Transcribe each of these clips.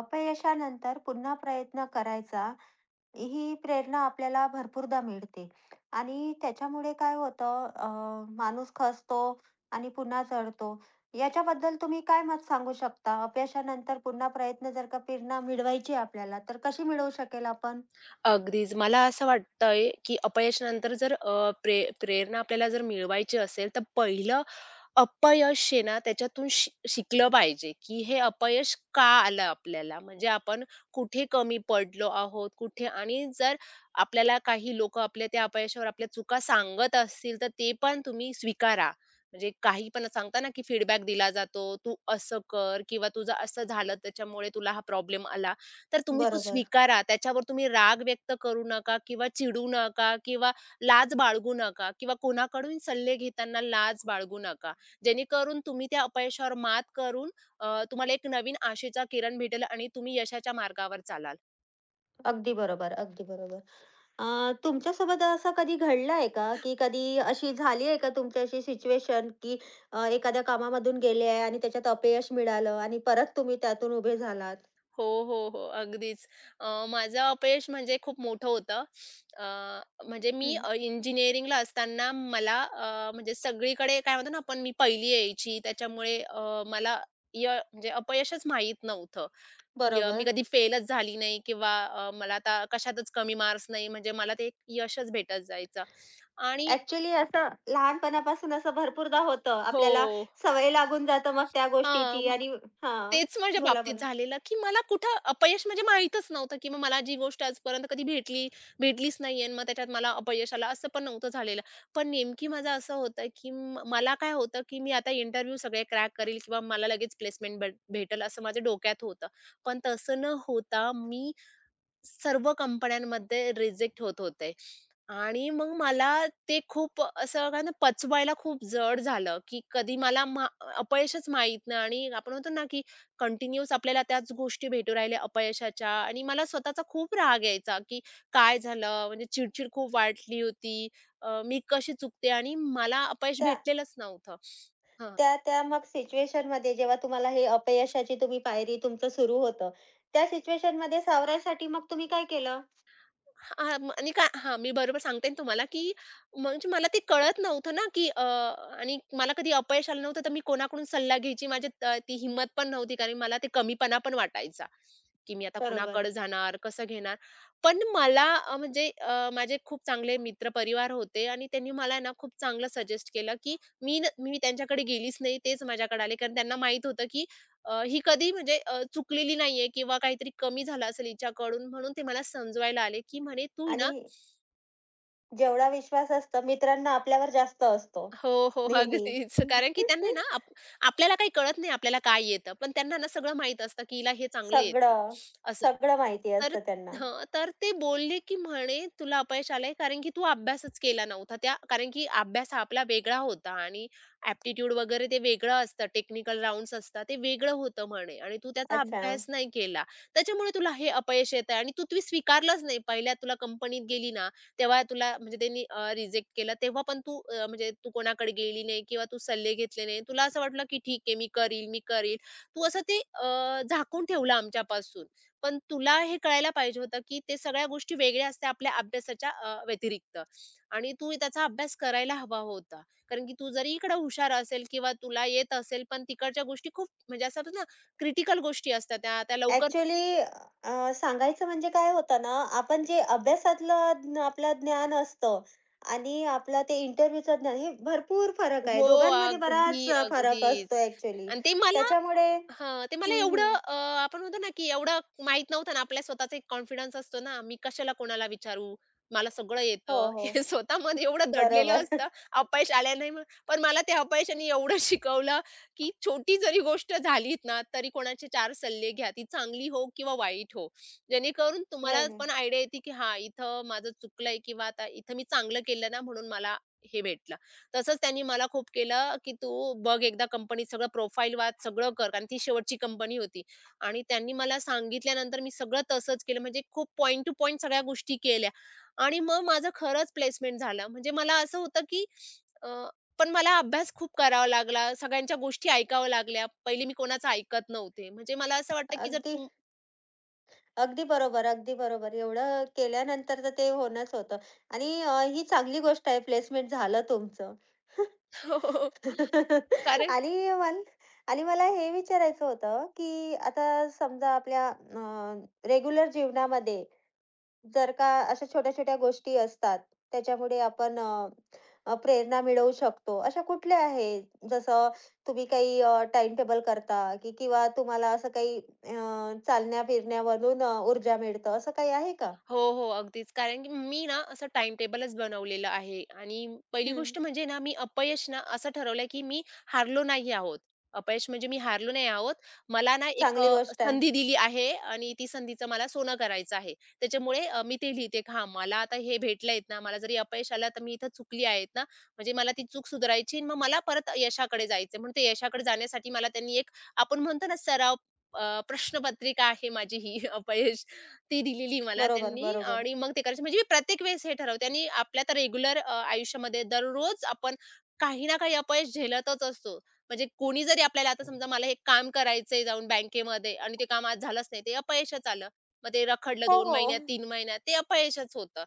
अपयशानंतर पुन्हा प्रयत्न करायचा, ही प्रेरणा आपल्याला भरपूरदा मिळते आणि त्याच्यामुळे काय होतं माणूस खचतो आणि पुन्हा चढतो. याच्याबद्दल तुम्ही काय मत सांगू शकता? अपयशानंतर पुन्हा प्रयत्न जर का प्रेरणा मिळवायची आपल्याला, तर कशी मिळवू शकेल आपण? अगदीच. मला असं वाटतंय, की अपयशानंतर जर प्रेरणा आपल्याला जर मिळवायची असेल, तर पहिलं अपयश आहे ना, त्याच्यातून शिकलं पाहिजे, की हे अपयश का आलं आपल्याला? म्हणजे आपण कुठे कमी पडलो आहोत, कुठे आणि जर आपल्याला काही लोकं आपल्या त्या अपयशावर आपल्या चुका सांगत असतील, तर ते पण तुम्ही स्वीकारा. म्हणजे काही पण सांगता ना, की फीडबॅक दिला जातो, "तू असं कर" किंवा "तुझं असं झालं, त्याच्यामुळे तुला हा प्रॉब्लेम आला." तर तुम्ही तो बरोबर. स्वीकारा. त्याच्यावर तुम्ही राग व्यक्त करू नका किंवा चिडू नका किंवा लाज बाळगू नका किंवा कोणाकडून सल्ले घेताना लाज बाळगू नका. जेणेकरून तुम्ही त्या अपयशावर मात करून तुम्हाला एक नवीन आशेचा किरण भेटेल आणि तुम्ही यशाच्या मार्गावर चालाल. अगदी बरोबर, अगदी बरोबर. अ, तुमच्यासोबत असं कधी घडलं आहे का, की कधी अशी झाली आहे का तुमच्याशी सिच्युएशन, की एखाद्या कामामधून गेले आहे आणि त्याच्यात अपयश मिळालं आणि परत तुम्ही त्यातून उभे झालात? हो, हो, हो. अगदीच. माझं अपयश म्हणजे खूप मोठं होतं. अ, म्हणजे मी हं, इंजिनिअरिंगला असताना मला म्हणजे सगळीकडे काय म्हणतो ना आपण मी पहिली यायची त्याच्यामुळे मला य म्हणजे अपयशच माहीत नव्हतं. मी बरोबर. कधी फेलच झाली नाही किंवा मला आता कशातच कमी मार्क्स नाही म्हणजे मला ते एक यशच भेटत जायचं आणि ॲक्चुअली असं लहानपणापासून असं भरपूरदा होतं. हो. आपल्याला सवय लागून जातं मग त्या गोष्टीची आणि हां, तेच माझ्या बोला, बाबतीत बोला. झालेलं, की मला कुठं अपयश म्हणजे माहीतच नव्हतं, की मग मला जी गोष्ट आजपर्यंत कधी भेटलीच नाहीये आणि मग त्याच्यात मला अपयश आलं, असं पण नव्हतं झालेलं. पण नेमकी माझं असं होतं, की मला काय होतं, की मी आता इंटरव्ह्यू सगळे क्रॅक करेल किंवा मला लगेच प्लेसमेंट भेटेल असं माझ्या डोक्यात होतं. पण तसं न होता मी सर्व कंपन्यांमध्ये रिजेक्ट होत होते. आणि मग मला ते खूप असं काय ना पचवायला खूप जड झालं, की कधी मला अपयशच माहीत नाही आणि आपण म्हणतो ना, की कंटिन्यूअस आपल्याला त्याच गोष्टी भेटू राहिल्या अपयशाच्या आणि मला स्वतःचा खूप राग यायचा, की काय झालं? म्हणजे चिडचिड खूप वाढली होती. मी कशी चुकते? आणि मला अपयश त्या भेटलेलंच नव्हतं. हां. त्या त्या मग सिच्युएशनमध्ये जेव्हा तुम्हाला हे अपयशाची तुम्ही पायरी तुमचं सुरू होतं, त्या सिच्युएशनमध्ये सावरायसाठी मग तुम्ही काय केलं? हां, मग आणि काय हां, मी बरोबर सांगते ना तुम्हाला, की म्हणजे मला ते कळत नव्हतं ना, की आणि मला कधी अपयश आलं नव्हतं, तर मी कोणाकडून सल्ला घ्यायची माझ्यात ती हिंमत पण नव्हती, कारण मला ते कमीपणा पण वाटायचा, की मी आता बरोबर. कुणाकडे जाणार, कसं घेणार. पण मला म्हणजे माझे खूप चांगले मित्रपरिवार होते आणि त्यांनी मला ना खूप चांगलं सजेस्ट केलं, की मी त्यांच्याकडे गेलीच नाही, तेच माझ्याकडे आले. कारण त्यांना माहीत होतं, की ही कधी म्हणजे चुकलेली नाहीये किंवा काहीतरी कमी झालं असेल हिच्याकडून म्हणून ते मला समजवायला आले, की म्हणे "तू आणि ना". जेवढा विश्वास असतो मित्रांना आपल्यावर जास्त असतो, हो, हो. नेहमी. अगदीच. कारण की त्यांना आहे ना आपल्याला काही कळत नाही आपल्याला काय येतं. पण त्यांना ना सगळं माहीत असतं, की हिला हे चांगलं येतं सगळं, असं. सगळं माहिती तर असतं त्यांना. हां, तर ते बोलले, की म्हणे तुला अपयश आलंय कारण की तू अभ्यासच केला नव्हता. त्या कारण की अभ्यास हा आपला वेगळा होता आणि ॲप्टिट्यूड वगैरे ते वेगळं असतं. टेक्निकल राउंड्स असतात. ते वेगळं होतं म्हणे आणि तू त्याचा अच्छा. अभ्यास नाही केला. त्याच्यामुळे तुला हे अपयश येतंय आणि तू ते स्वीकारलंच नाही. पहिल्या तुला कंपनीत गेली ना, तेव्हा तुला म्हणजे त्यांनी रिजेक्ट केलं. तेव्हा पण तू म्हणजे तू कोणाकडे गेली नाही किंवा तू सल्ले घेतले नाही. तुला असं वाटलं, की ठीक आहे मी करील, मी करील. तू असं ते झाकून ठेवलं आमच्यापासून. पण तुला हे कळायला पाहिजे होतं, की ते सगळ्या गोष्टी वेगळ्या असतात आपल्या अभ्यासाच्या व्यतिरिक्त आणि तू त्याचा अभ्यास करायला हवा होता. कारण की तू जरी इकडे हुशार असेल किंवा तुला येत असेल, पण तिकडच्या गोष्टी खूप म्हणजे असं होतं ना, क्रिटिकल गोष्टी असतात त्या, त्या लवकर. ॲक्चुअली सांगायचं म्हणजे काय होतं ना, आपण जे अभ्यासातलं आपलं ज्ञान असतं आणि आपलं ते इंटरव्ह्यूचं ज्ञान, हे भरपूर फरक आहे. हो, दोघांमध्ये बराच अगदी, फरक अगदी. असतो ॲक्चुअली. आणि ते मला त्याच्यामुळे हां, ते मला हं, एवढं हं. आपण म्हणतो ना, की एवढं माहित नव्हतं ना, आपल्या स्वतःचा एक कॉन्फिडन्स असतो ना, मी कशाला कोणाला विचारू, मला सगळं हो, येतं. हो. हे स्वतःमध्ये एवढं दडलेलं बरोबर. असतं. अपयश आल्याने मग पण मला त्या अपयशाने एवढं शिकवलं, की छोटी जरी गोष्ट झालीत ना, तरी कोणाचे 4 सल्ले घ्या. ती चांगली हो किंवा वाईट हो. जेणेकरून नाही, तुम्हाला नाही. पण आयडिया येते, की हां, इथं माझं चुकलंय किंवा आता इथं मी चांगलं केलं ना, म्हणून मला हे भेटलं. तसंच त्यांनी मला खूप केलं, की "तू बघ एकदा कंपनीत सगळं प्रोफाइल वाच, सगळं कर." कारण ती शेवटची कंपनी होती आणि त्यांनी मला सांगितल्यानंतर मी सगळं तसंच केलं. म्हणजे खूप पॉइंट टू पॉइंट सगळ्या गोष्टी केल्या आणि मग माझं खरंच प्लेसमेंट झालं. म्हणजे मला असं होतं, की अ, पण मला अभ्यास खूप करावा लागला. सगळ्यांच्या गोष्टी ऐकाव्या लागल्या. पहिले मी कोणाचं ऐकत नव्हते. म्हणजे मला असं वाटतं, की जर अगदी अगदी बरोबर, अगदी बरोबर. एवढं केल्यानंतर तर ते होणंच होतं आणि ही चांगली गोष्ट आहे प्लेसमेंट झालं तुमचं. हो. हो. कारण आणि मन आणि मला हे विचारायचं होतं, की आता समजा आपल्या रेग्युलर जीवनामध्ये जर का अशा छोट्या-छोट्या गोष्टी असतात, त्याच्यामुळे आपण अ, अ, प्रेरणा मिळवू शकतो. अशा कुठल्या आहेत? जसं तुम्ही काही टेबल करता की किंवा तुम्हाला असं काही चालण्या-फिरण्यामधून ऊर्जा मिळतं, असं काही आहे का? हो, हो. अगदीच. कारण की मी ना असं टाईमटेबलच बनवलेलं आहे आणि पहिली हं, गोष्ट म्हणजे ना मी अपयश ना असं ठरवलंय की मी हारलो नाही आहोत. अपयश म्हणजे मी हारलो नाही आहोत. मला ना एक चांगली गोष्ट आहे. संधी दिली आहे आणि ती संधीचं मला सोनं करायचं आहे. त्याच्यामुळे मी ते लिहिते की हां, मला आता हे भेटलं ना, मला जरी अपयश आलं तर मी इथं चुकली आहेत ना, म्हणजे मला ती चूक सुधारायची आणि मग मला परत यशाकडे जायचं म्हणून ते यशाकडे जाण्यासाठी मला त्यांनी एक आपण म्हणतो ना सराव प्रश्नपत्रिका आहे माझी ही अपयश ती दिलेली मला बरोबर, त्यांनी बरोबर. आणि मग ते करायचं. म्हणजे मी प्रत्येक वेळेस हे ठरवते आणि आपल्या तर रेग्युलर आयुष्यामध्ये दररोज आपण काही ना काही अपयश झेलतच असतो. म्हणजे कोणी जरी आपल्याला आता समजा मला हे काम करायचंय जाऊन बँकेमध्ये आणि ते काम आज झालंच नाही, ते अपयशच आलं. मग ते रखडलं हो, 2 हो. महिन्यात, 3 महिन्यात ते अपयशच होतं.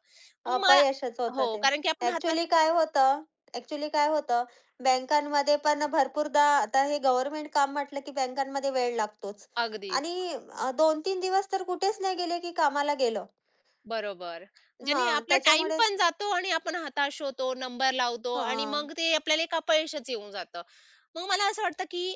मग मला अपयशच होतं हो, ते. कारण की आपण हताश. ॲक्चुअली काय होतं, ॲक्चुअली काय होतं, बँकांमध्ये पण भरपूरदा आता हे गव्हर्नमेंट काम म्हटलं की बँकांमध्ये वेळ लागतोच अगदीच. आणि 2-3 दिवस तर कुठेच नाही गेले की कामाला गेलो. बरोबर. ज्याने हां, आपला टाईम त्याच्यामुळे पण जातो आणि आपण हताश होतो, नंबर लावतो आणि हां, मग ते आपल्याला एक अपयशच येऊन जातं. मग मला असं वाटतं की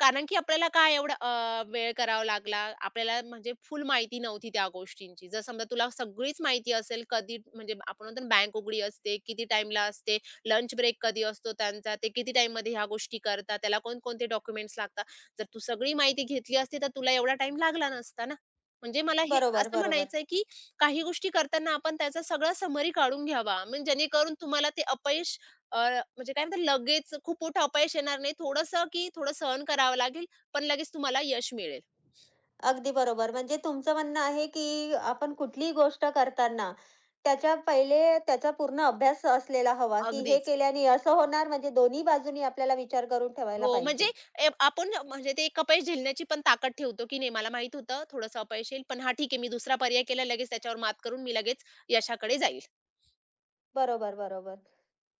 कारण की आपल्याला काय एवढा वेळ करावा लागला. आपल्याला म्हणजे फुल माहिती नव्हती त्या गोष्टींची. जर समजा तुला सगळीच माहिती असेल, कधी म्हणजे आपण म्हणतो ना बँक उघडी असते, किती टाईमला असते, लंच ब्रेक कधी असतो त्यांचा, ते किती टाईममध्ये ह्या गोष्टी करतात, त्याला कोणकोणते डॉक्युमेंट्स लागतात. जर तू सगळी माहिती घेतली असती, तर तुला एवढा टाईम लागला नसता ना. म्हणजे मला हे बरोबर, असं बरोबर. म्हणायचं की काही गोष्टी करताना आपण त्याचा सगळा समरी काढून घ्यावा. म्हणजे जेणेकरून तुम्हाला ते अपयश अ, म्हणजे काय म्हणतात लगेच खूप मोठं अपयश येणार नाही. थोडंसं की थोडं सहन करावं लागेल, पण लगेच तुम्हाला यश मिळेल. अगदी बरोबर. म्हणजे तुमचं म्हणणं आहे की आपण कुठलीही गोष्ट करताना त्याच्या पहिले त्याचा पूर्ण अभ्यास असलेला हवा, की हे अगदीच. केल्याने असं होणार म्हणजे दोन्ही बाजूनी आपल्याला विचार करून ठेवायला हो, म्हणजे पाहिजे. आपण म्हणजे ते एक अपयश झेलण्याची पण ताकद ठेवतो, की नाही मला माहीत होतं थोडंसं अपयश येईल, पण हां ठीक आहे, मी दुसरा पर्याय केला लगेच त्याच्यावर मात करून मी लगेच यशाकडे जाईल. बरोबर, बरोबर.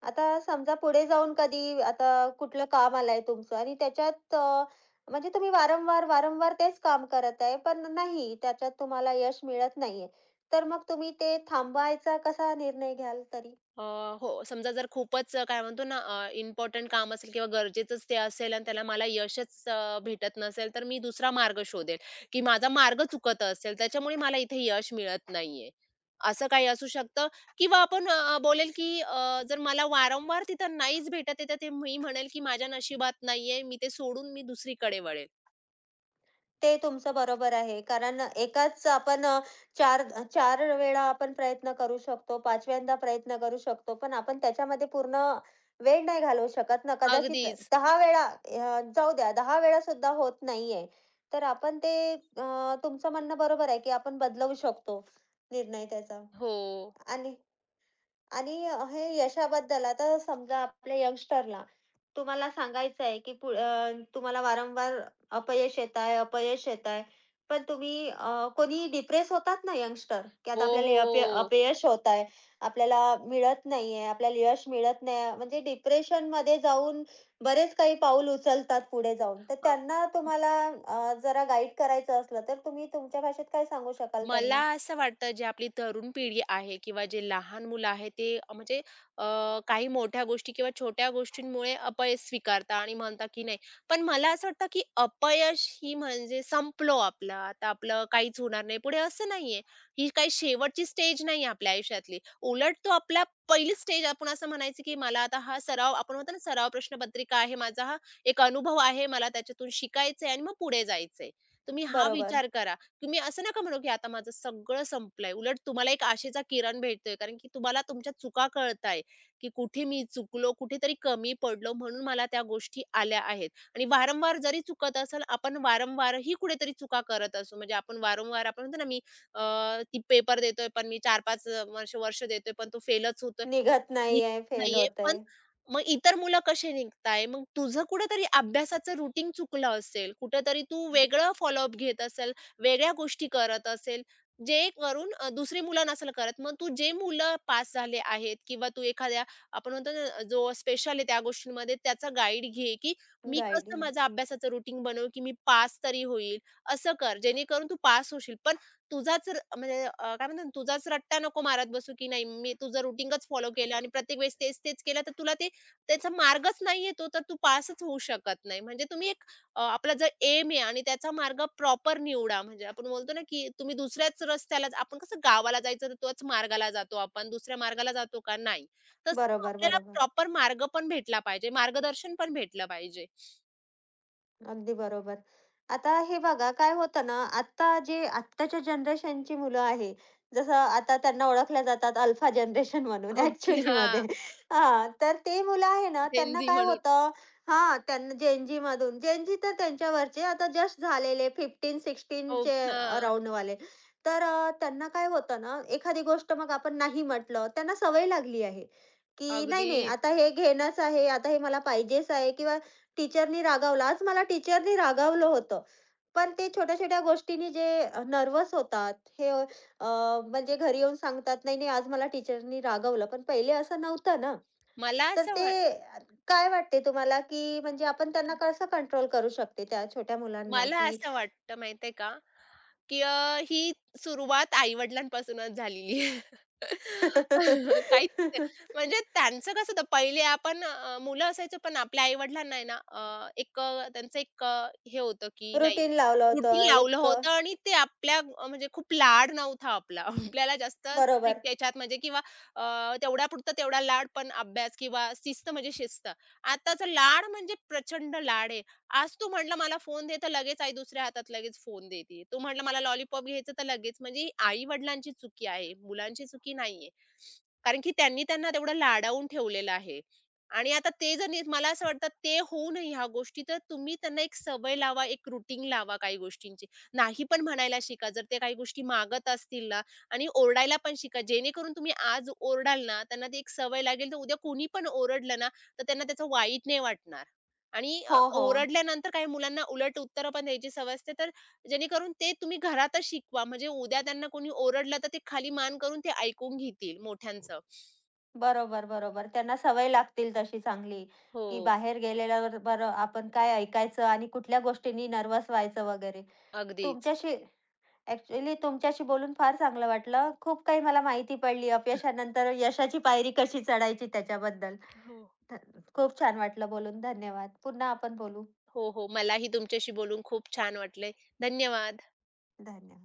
आता समजा पुढे जाऊन कधी आता कुठलं काम आलंय तुमचं आणि त्याच्यात म्हणजे तुम्ही वारंवार, वारंवार तेच काम करत आहे, पण नाही त्याच्यात तुम्हाला यश मिळत नाहीये. तर मग तुम्ही ते थांबवायचा कसा निर्णय घ्याल तरी? अ, हो. समजा जर खूपच काय म्हणतो ना काम असेल किंवा गरजेचंच ते असेल आणि त्याला मला यशच भेटत नसेल, तर मी दुसरा मार्ग शोधेल, की माझा मार्ग चुकत असेल त्याच्यामुळे मला इथे यश मिळत नाहीये. असं काही असू शकतं किंवा आपण बोलेल की जर मला वारंवार तिथं नाहीच भेटत आहे, तर ते मी म्हणेल की माझ्या नशिबात नाहीये. मी ते सोडून मी दुसरीकडे वळेल. ते तुमचं बरोबर आहे. कारण एकाच आपण 4 4 वेळा आपण प्रयत्न करू शकतो, 5व्यांदा प्रयत्न करू शकतो. पण आपण त्याच्यामध्ये पूर्ण वेळ नाही घालवू शकत ना. कदाचित अगदीच. 10 वेळा जाऊ द्या 10 वेळा सुद्धा होत नाहीये. तर आपण ते तुमचं म्हणणं बरोबर आहे, की आपण बदलवू शकतो निर्णय त्याचा. हो. आणि आणि हे यशाबद्दल आता समजा आपल्या यंगस्टरला तुम्हाला सांगायचं आहे, की तुम्हाला वारंवार अपयश येत आहे, अपयश येत आहे. पण तुम्ही कोणी डिप्रेस होतात ना यंगस्टर, की आता हो, आपल्याला हे हो. अपयश होत आहे, आपल्याला मिळत नाहीये, आपल्याला यश मिळत नाही म्हणजे डिप्रेशनमध्ये जाऊन बरेच काही पाऊल उचलतात पुढे जाऊन. तर त्यांना तुम्हाला जरा गाईड करायचं असलं, तर तुम्ही तुमच्या भाषेत काय सांगू शकाल मला त्यांना? असं वाटतं जे आपली तरुण पिढी आहे किंवा जे लहान मुलं आहे ते म्हणजे अ, काही मोठ्या गोष्टी किंवा छोट्या गोष्टींमुळे अपयश स्वीकारता आणि म्हणता की नाही. पण मला असं वाटतं की अपयश ही म्हणजे संपलो आपलं, आता आपलं काहीच होणार नाही पुढे असं नाहीये. ही काही शेवटची स्टेज नाही आपल्या आयुष्यातली. उलट तो आपला पहिली स्टेज आपण असं म्हणायचं की मला आता हा सराव आपण म्हणतो ना सराव प्रश्नपत्रिका आहे, माझा हा एक अनुभव आहे, मला त्याच्यातून शिकायचंय आणि मग पुढे जायचंय. तुम्ही हा बरोबर. विचार करा. तुम्ही असं नका म्हणू, की आता माझं सगळं संपलंय. उलट तुम्हाला एक आशेचा किरण भेटतोय. कारण की तुम्हाला तुमच्या चुका कळताय, की कुठे मी चुकलो, कुठेतरी कमी पडलो म्हणून मला त्या गोष्टी आल्या आहेत. आणि वारंवार जरी चुकत असेल, आपण वारंवारही कुठेतरी चुका करत असू. म्हणजे आपण वारंवार आपण म्हणतो ना, मी ती पेपर देतोय, पण मी 4-5 वर्ष वर्ष देतोय, पण तो फेलच होतोय. निघत निघत नाहीये, फेल नाहीये, पण होतंय. मग इतर मुलं कसे निघताय? मग तुझं कुठेतरी अभ्यासाचं रुटीन चुकलं असेल, कुठेतरी तू वेगळं फॉलोअप घेत असेल, वेगळ्या गोष्टी करत असेल, जे करून दुसरी मुलं नसेल करत. मग तू जे मुलं पास झाले आहेत किंवा तू एखाद्या आपण म्हणतो ना, जो स्पेशल आहे त्या गोष्टींमध्ये त्याचा गाईड घे, की मी कसं गाईडिंग. माझं अभ्यासाचं रुटीन बनवू, की मी पास तरी होईल, असं कर जेणेकरून तू पास होशील. पण तुझाच र म्हणजे काय म्हणतात ना, तुझाच रट्टा नको मारत बसू, की नाही मी तुझं रुटीनच फॉलो केलं आणि प्रत्येक वेळेस तेच-तेच केलं, तर तुला ते त्याचा मार्गच नाहीये तो, तर तू पासच होऊ शकत नाही. म्हणजे तुम्ही एक आपला जर एम आहे आणि त्याचा मार्ग प्रॉपर निवडा. म्हणजे आपण बोलतो ना, की तुम्ही दुसऱ्याच रस्त्याला आपण कसं गावाला जायचं तर तोच मार्गाला जातो आपण, दुसऱ्या मार्गाला जातो का? नाही. तसं बरोबर, आपल्याला बरोबर. प्रॉपर मार्ग पण भेटला पाहिजे, मार्गदर्शन पण भेटलं पाहिजे. अगदी बरोबर. आता हे बघा काय होतं ना, आत्ता जे आत्ताच्या जनरेशनची मुलं आहे, जसं आता त्यांना ओळखल्या जातात अल्फा जनरेशन म्हणून ओके. हां. ॲक्चुअलीमध्ये. हां, तर ते मुलं आहे ना, त्यांना Gen काय म्हणून. होतं हां, त्यांना जेन झीमधून जेन तर त्यांच्यावरचे आता जस्ट झालेले हो. 15-16चे हां. अराउंडवाले. तर त्यांना काय होतं ना, एखादी गोष्ट मग आपण नाही म्हटलं, त्यांना सवय लागली आहे, की नाही, नाही, आता अगदीच. हे घेणंच आहे, आता हे मला पाहिजेच आहे किंवा टीचरनी रागावलं. आज मला टीचरनी रागावलं होतं. पण ते छोट्या-छोट्या गोष्टींनी जे नर्व्हस होतात, हे म्हणजे घरी येऊन सांगतात, "नाही, नाही, आज मला टीचरनी रागावलं." पण पहिले असं नव्हतं ना. मला तर असं ते वा अ, काय वाटते तुम्हाला, की म्हणजे आपण त्यांना कसं कंट्रोल करू शकते त्या छोट्या मुलांना, मला की असं वाटतं माहितीये का, की ही सुरुवात आई-वडिलांपासूनच झालेली आहे. काहीच म्हणजे त्यांचं कसं होतं पहिले आपण मुलं असायचो पण आपल्या आई-वडिलांना आहे ना एक त्यांचं एक हे होतं की नाही रुटीन लावलं होतं रुटीन लावलं एक होतं आणि ते आपल्या म्हणजे खूप लाड नव्हता आपला. आपल्याला जास्त स्ट्रिक्ट बरोबर. त्याच्यात म्हणजे किंवा अ, तेवढ्यापुरता तेवढा लाड पण अभ्यास किंवा शिस्त म्हणजे शिस्त. आताचा लाड म्हणजे प्रचंड लाड आहे. आज तू म्हटलं मला फोन दे, तर लगेच आई दुसऱ्या हातात लगेच फोन देते. तू म्हटलं मला लॉलीपॉप घ्यायचं, तर लगेच म्हणजे आई-वडिलांची चुकी आहे, मुलांची चुकी नाहीये. कारण की त्यांनी त्यांना तेवढं लाडावून ठेवलेलं आहे. आणि आता ते जर नीट मला असं वाटतं ते होऊ नये ह्या गोष्टी, तर तुम्ही त्यांना एक सवय लावा, एक रूटीन लावा काही गोष्टींची. नाही पण म्हणायला शिका. जर ते काही गोष्टी मागत असतील ना आणि ओरडायला पण शिका. जेणेकरून तुम्ही आज ओरडाल ना, त्यांना ती एक सवय लागेल, तर उद्या कोणी पण ओरडलं ना, तर त्यांना त्याचं वाईट नाही वाटणार. आणि हो, हो. ओरडल्यानंतर काही मुलांना उलट उत्तरं पण द्यायची सवय असते, तर जेणेकरून ते तुम्ही घरातच शिकवा, म्हणजे उद्या त्यांना कोणी ओरडलं, तर ते खाली मान करून ते ऐकून घेतील मोठ्यांचं. बरोबर, बरोबर. त्यांना सवय लागतील तशी चांगली, की हो, बाहेर गेलेल्यावर बरं आपण काय ऐकायचं आणि कुठल्या गोष्टींनी नर्व्हस व्हायचं वगैरे. अगदीच. तुमच्याशी ॲक्चुअली तुमच्याशी बोलून फार चांगलं वाटलं. खूप काही मला माहिती पडली अपयशानंतर यशाची पायरी कशी चढायची त्याच्याबद्दल. हो. खूप छान वाटलं बोलून. धन्यवाद. पुन्हा आपण बोलू. हो, हो. मलाही तुमच्याशी बोलून खूप छान वाटले. धन्यवाद. धन्यवाद.